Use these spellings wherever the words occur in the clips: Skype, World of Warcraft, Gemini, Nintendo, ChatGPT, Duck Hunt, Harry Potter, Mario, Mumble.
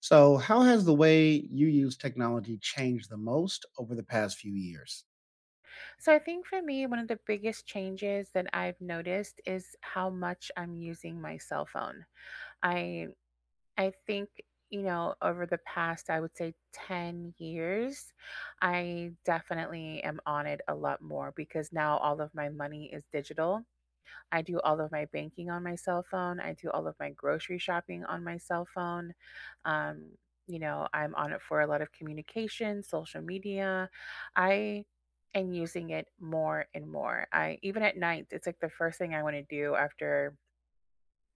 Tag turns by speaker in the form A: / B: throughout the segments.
A: So, how has the way you use technology changed the most over the past few years?
B: So I think for me, one of the biggest changes that I've noticed is how much I'm using my cell phone. I I think you know over the past I would say 10 years I definitely am on it a lot more because now all of my money is digital. I do all of my banking on my cell phone. I do all of my grocery shopping on my cell phone. Um, I'm on it for a lot of communication, social media. I am using it more and more. I even at night, it's like the first thing I want to do after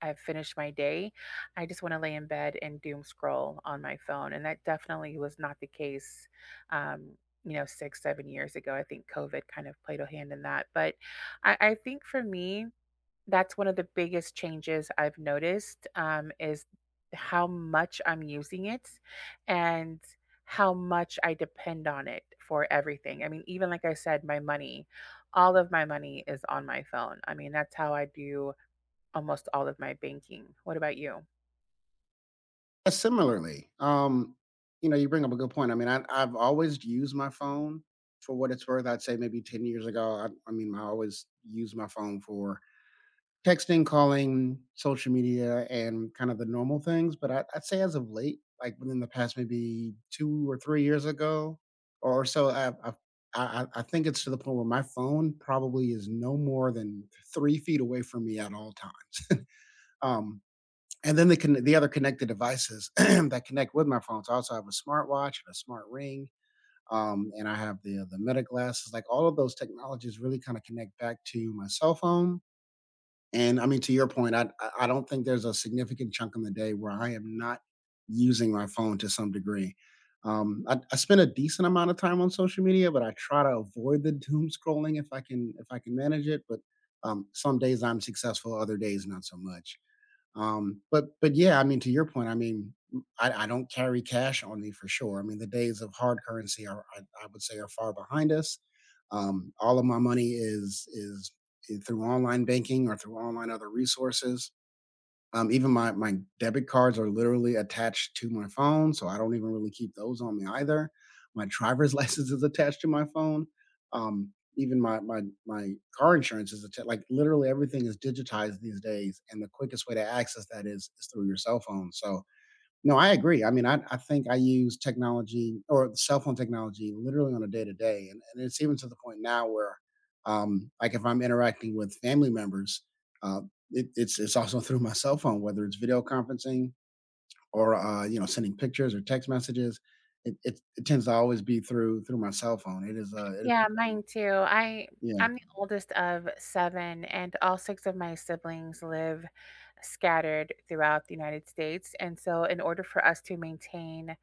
B: I've finished my day. I just want to lay in bed and doom scroll on my phone, and that definitely was not the case. Um, you know, six, 7 years ago, I think COVID kind of played a hand in that. But I think for me, that's one of the biggest changes I've noticed, is how much I'm using it and how much I depend on it for everything. I mean, even like I said, my money, all of my money is on my phone. I mean, that's how I do almost all of my banking. What about you?
A: Similarly, you bring up a good point. I mean, I've always used my phone for what it's worth. I'd say maybe 10 years ago, I mean, I always used my phone for texting, calling, social media, and kind of the normal things, but I'd say as of late, like, within the past maybe 2 or 3 years ago or so, I think it's to the point where my phone probably is no more than 3 feet away from me at all time. Um, and then the other connected devices that connect with my phone, so I also have a smartwatch and a smart ring, and I have the Meta glasses, like, all of those technologies really kinda connect back to my cell phone, and I mean, to your point, I don't think there's a significant chunk in the day where I am not using my phone to some degree. I spend a decent amount of time on social media, but I try to avoid the doom scrolling if I can manage it. But some days I'm successful, other days not so much. But yeah, I mean, to your point, I don't carry cash on me for sure. I mean, the days of hard currency are, I would say, are far behind us. All of my money is through online banking or through online other resources. Even my debit cards are literally attached to my phone, so I don't even really keep those on me either. My driver's license is attached to my phone. Even my car insurance is attached, like, literally everything is digitized these days, and the quickest way to access that is through your cell phone, so no, I agree. I mean, I think I use technology or cell phone technology literally on a day to day. And it's even to the point now where, like, if I'm interacting with family members, uh, it's also through my cell phone, whether it's video conferencing or sending pictures or text messages. It tends to always be through my cell phone. It is, it has
B: Yeah,
A: become,
B: mine too. I
A: yeah,
B: I'm the oldest of 7, and all 6 of my siblings live scattered throughout the United States, and so in order for us to maintain,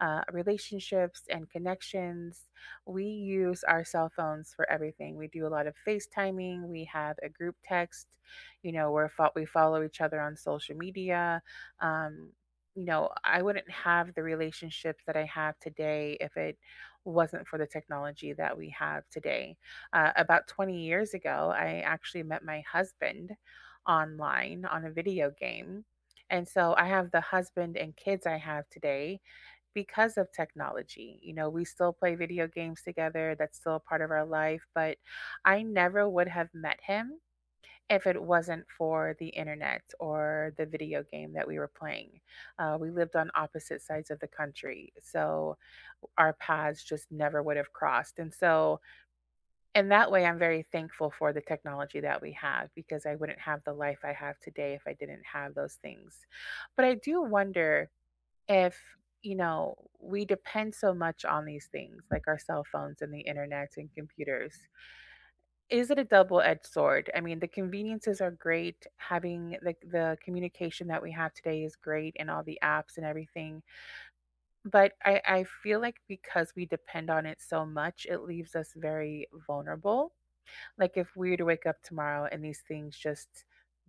B: relationships and connections, we use our cell phones for everything. We do a lot of FaceTiming, we have a group text, you know, we follow each other on social media. um, you know, I wouldn't have the relationships that I have today if it wasn't for the technology that we have today. About 20 years ago, I actually met my husband online on a video game. And so I have the husband and kids I have today because of technology. You know, we still play video games together, that's still a part of our life, but I never would have met him. If it wasn't for the internet or the video game that we were playing, we lived on opposite sides of the country. So our paths just never would have crossed. And so, in that way, I'm very thankful for the technology that we have, because I wouldn't have the life I have today if I didn't have those things. But I do wonder if, you know, we depend so much on these things like our cell phones and the internet and computers. Is it a double edged sword? I mean, the conveniences are great. Having the communication that we have today is great, and all the apps and everything, but I feel like because we depend on it so much, it leaves us very vulnerable. Like if we were to wake up tomorrow and these things just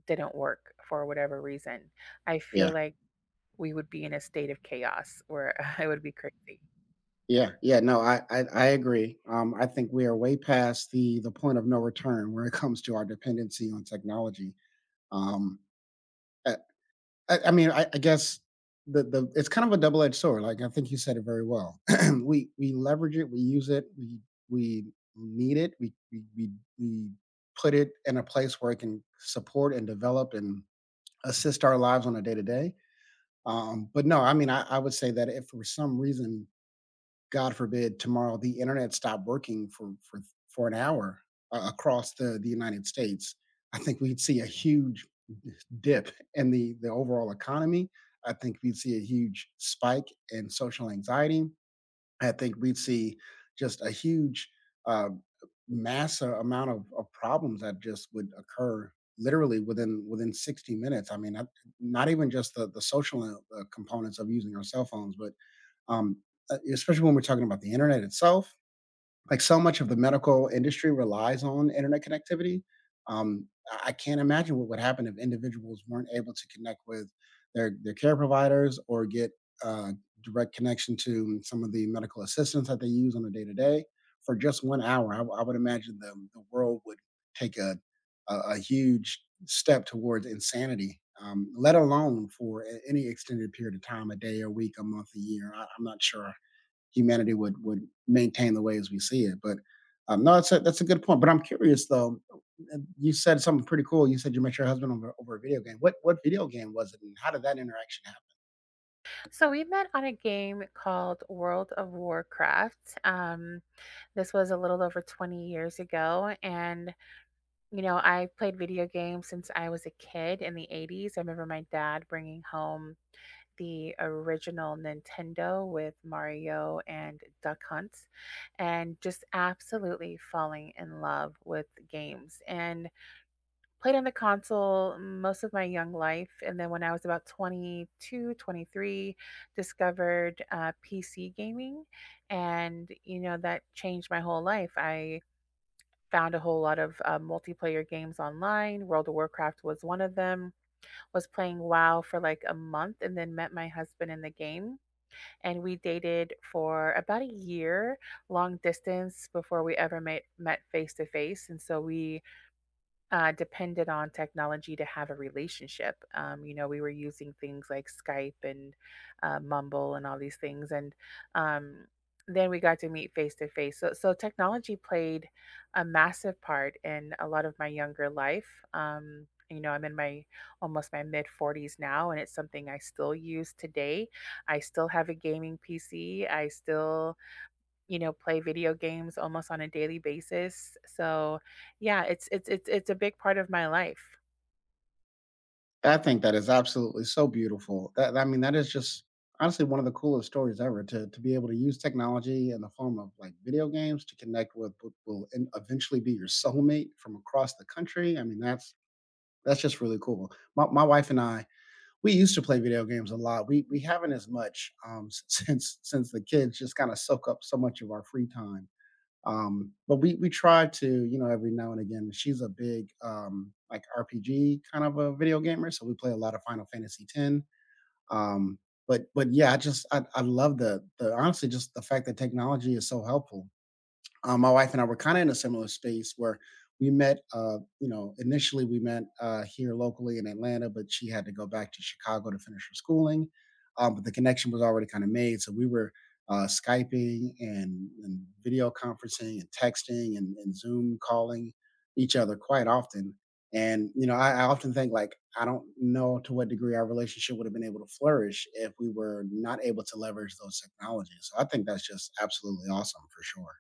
B: didn't work for whatever reason, I
A: yeah,
B: feel like we would be in a state of chaos where it would be crazy.
A: yeah, yeah. No, I agree. I think we are way past the point of no return when it comes to our dependency on technology. Um, I, I mean, I guess the it's kind of a double edged sword. Like I think you said it very well. We leverage it, we use it, we need it, we put it in a place where it can support and develop and assist our lives on a day to day. But no, I mean, I would say that if for some reason, God forbid, tomorrow the internet stopped working for an hour across the United States, I think we'd see a huge dip in the overall economy. I think we'd see a huge spike in social anxiety. I think we'd see just a huge uh, mass amount of problems that just would occur literally within 60 minutes. I mean, not even just the social components of using our cell phones, but um, especially when we're talking about the internet itself, like so much of the medical industry relies on internet connectivity. I can't imagine what would happen if individuals weren't able to connect with their care providers or get uh, direct connection to some of the medical assistance that they use on a day to day for just 1 hour. I would imagine the world would take a huge step towards insanity. Let alone for any extended period of time, a day, a week, a month, a year. I'm not sure humanity would maintain the way as we see it. But no, that's a good point. But I'm curious though. You said something pretty cool. You said you met your husband over a video game. What video game was it, and how did that interaction happen?
B: So we met on a game called World of Warcraft. This was a little over 20 years ago. And, you know, I played video games since I was a kid in the 80s. I remember my dad bringing home the original Nintendo with Mario and Duck Hunt, and just absolutely falling in love with games, and played on the console most of my young life. And then when I was about 22, 23, discovered PC gaming, and you know that changed my whole life. I found a whole lot of multiplayer games online. World of Warcraft was one of them. Was playing WoW for like a month, and then met my husband in the game. And we dated for about a year, long distance, before we ever met face to face. And so we, depended on technology to have a relationship. You know, we were using things like Skype and Mumble and all these things, and um, then we got to meet face to face. So, so technology played a massive part in a lot of my younger life. You know, I'm in my almost my mid 40s now, and it's something I still use today. I still have a gaming PC. I still you know, play video games almost on a daily basis. So, yeah, it's a big part of my life.
A: I think that is absolutely so beautiful. That I mean, that is just honestly one of the coolest stories ever. To be able to use technology in the form of like video games to connect with what will eventually be your soulmate from across the country. I mean, that's just really cool. My wife and I we used to play video games a lot. We haven't as much, since the kids just kind of soak up so much of our free time. But we try to, every now and again. She's a big, like, RPG kind of a video gamer, so we play a lot of Final Fantasy ten. Um, but yeah, I love the honestly just the fact that technology is so helpful. My wife and I were kind of in a similar space where we met. Initially we met here locally in Atlanta, but she had to go back to Chicago to finish her schooling. But the connection was already kind of made, so we were Skyping and video conferencing and texting and Zoom calling each other quite often. And you know, I often think like I don't know to what degree our relationship would have been able to flourish if we were not able to leverage those technologies. So I think that's just absolutely awesome for sure.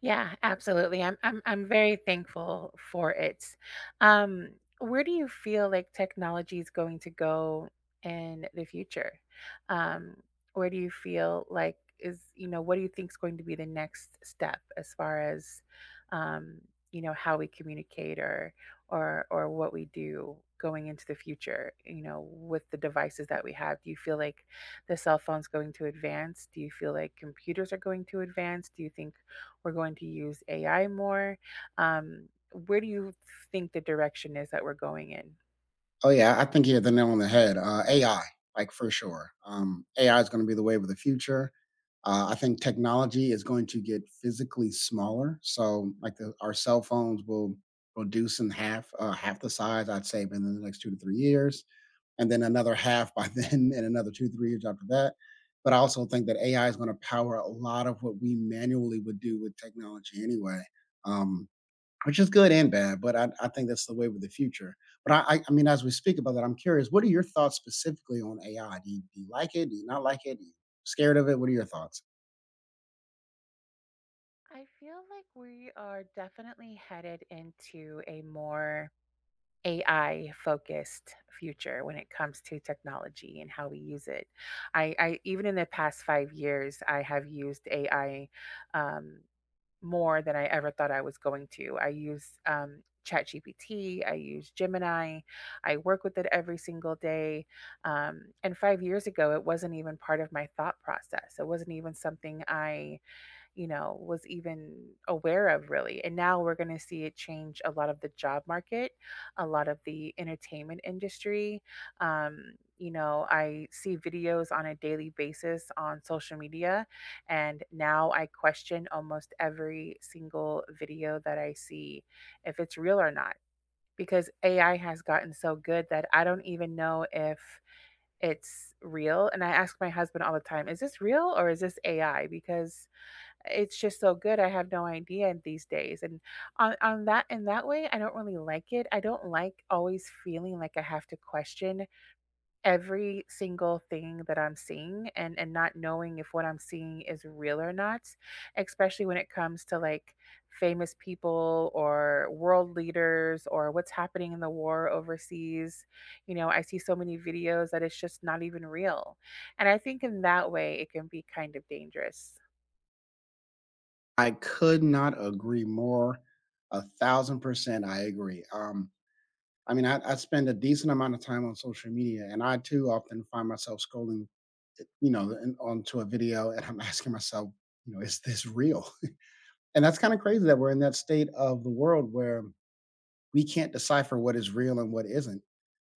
B: Yeah, absolutely. I'm very thankful for it. Um, where do you feel like technology is going to go in the future? Um, where do you feel like is, you know, what do you think is going to be the next step as far as, um, you know, how we communicate, or what we do going into the future, you know, with the devices that we have? Do you feel like the cell phone's going to advance? Do you feel like computers are going to advance? Do you think we're going to use AI more? Um, where do you think the direction is that we're going in?
A: Oh yeah, I think you hit the nail on the head. AI, like for sure. AI is going to be the wave of the future. I think technology is going to get physically smaller. So like our cell phones will reduce in half, half the size, I'd say, within the next 2 to 3 years, and then another half by then, and another two three years after that. But I also think that AI is going to power a lot of what we manually would do with technology anyway. Um, which is good and bad, but I think that's the wave of the future. But I mean, as we speak about that, I'm curious, what are your thoughts specifically on AI? Do you like it? Do you not like it? Are you scared of it? What are your thoughts?
B: I feel like we are definitely headed into a more AI focused future when it comes to technology and how we use it. I even in the past 5 years, I have used AI. Um, More than I ever thought I was going to. I use ChatGPT, I use Gemini, I work with it every single day. And 5 years ago, it wasn't even part of my thought process. It wasn't even something I you know, was even aware of really. And now we're going to see it change a lot of the job market, a lot of the entertainment industry. You know, I see videos on a daily basis on social media, and now I question almost every single video that I see if it's real or not, because AI has gotten so good that I don't even know if it's real. And I ask my husband all the time, is this real or is this AI? Because it's just so good, I have no idea these days, and on that in that way, I don't really like it. I don't like always feeling like I have to question every single thing that I'm seeing, and not knowing if what I'm seeing is real or not, especially when it comes to, like, famous people or world leaders or what's happening in the war overseas. You know, I see so many videos that it's just not even real, and I think in that way, it can be kind of dangerous.
A: I could not agree more. 1,000% I agree. I mean, I spend a decent amount of time on social media, and I too often find myself scrolling, eh, you know, in onto a video, and I'm asking myself, "Is this real?" And that's kinda crazy that we're in that state of the world where we can't decipher what is real and what isn't.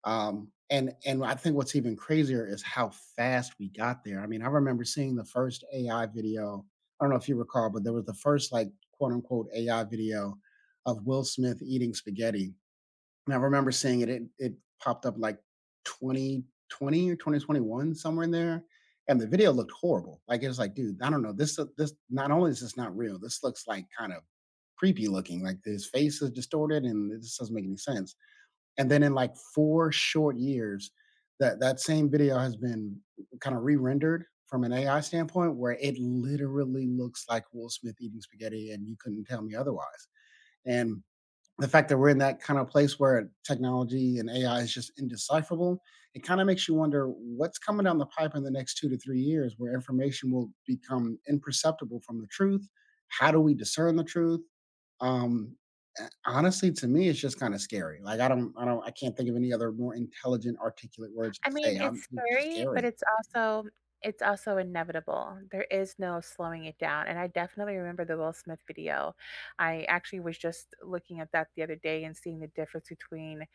A: And I think what's even crazier is how fast we got there. I mean, I remember seeing the first AI video. I don't know if you recall, but there was the first like quote unquote AI video of Will Smith eating spaghetti. And I remember seeing it. It popped up like 2020 or 2021 somewhere in there, and the video looked horrible. Like it was like, dude, I don't know. This not only is this not real, this looks like kind of creepy looking. Like his face is distorted, and this doesn't make any sense. And then in like 4 short years, that same video has been kinda re-rendered from an AI standpoint where it literally looks like Will Smith eating spaghetti, and you couldn't tell me otherwise. And the fact that we're in that kind of place where technology and AI is just indecipherable, it kinda makes you wonder what's coming down the pipe in the next 2 to 3 years where information will become imperceptible from the truth. How do we discern the truth? Um, Honestly, to me, it's just kinda scary. Like, I can't think of any other more intelligent, articulate words to
B: I mean,
A: say.
B: it's
A: I'm It's just
B: scary, but
A: scary.
B: it's also, it's also inevitable. There is no slowing it down. And I definitely remember the Will Smith video. I actually was just looking at that the other day and seeing the difference between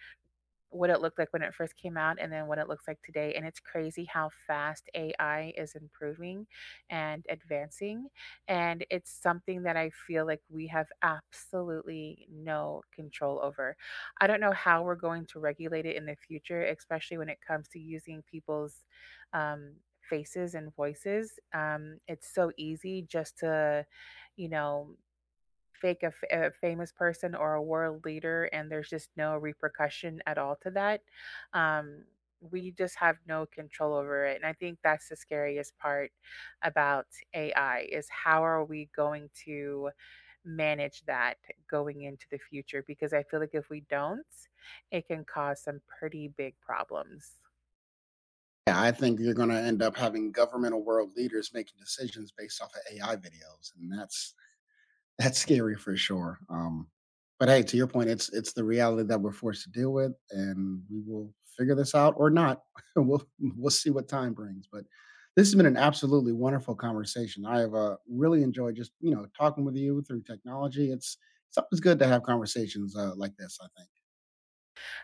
B: what it looked like when it first came out and then what it looks like today. And it's crazy how fast AI is improving and advancing. And it's something that I feel like we have absolutely no control over. I don't know how we're going to regulate it in the future, especially when it comes to using people's, um, faces and voices. It's so easy just to, you know, fake a famous person or a world leader, and there's just no repercussion at all to that. um, we just have no control over it, and I think that's the scariest part about ai is how are we going to manage that going into the future, because I feel like if we don't it can cause some pretty big problems.
A: Yeah, I think you're gonna end up having governmental world leaders making decisions based off of AI videos, and that's scary for sure. But hey, to your point, it's the reality that we're forced to deal with, and we will figure this out or not. We'll we'll see what time brings. But this has been an absolutely wonderful conversation. I have really enjoyed just talking with you through technology. It's always good to have conversations, like this. I think.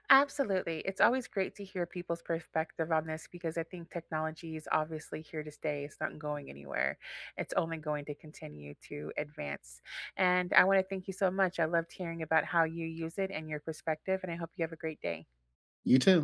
B: Absolutely. It's always great to hear people's perspective on this, because I think technology is obviously here to stay. It's not going anywhere. It's only going to continue to advance. And I want to thank you so much. I loved hearing about how you use it and your perspective, and I hope you have a great day.
A: You too.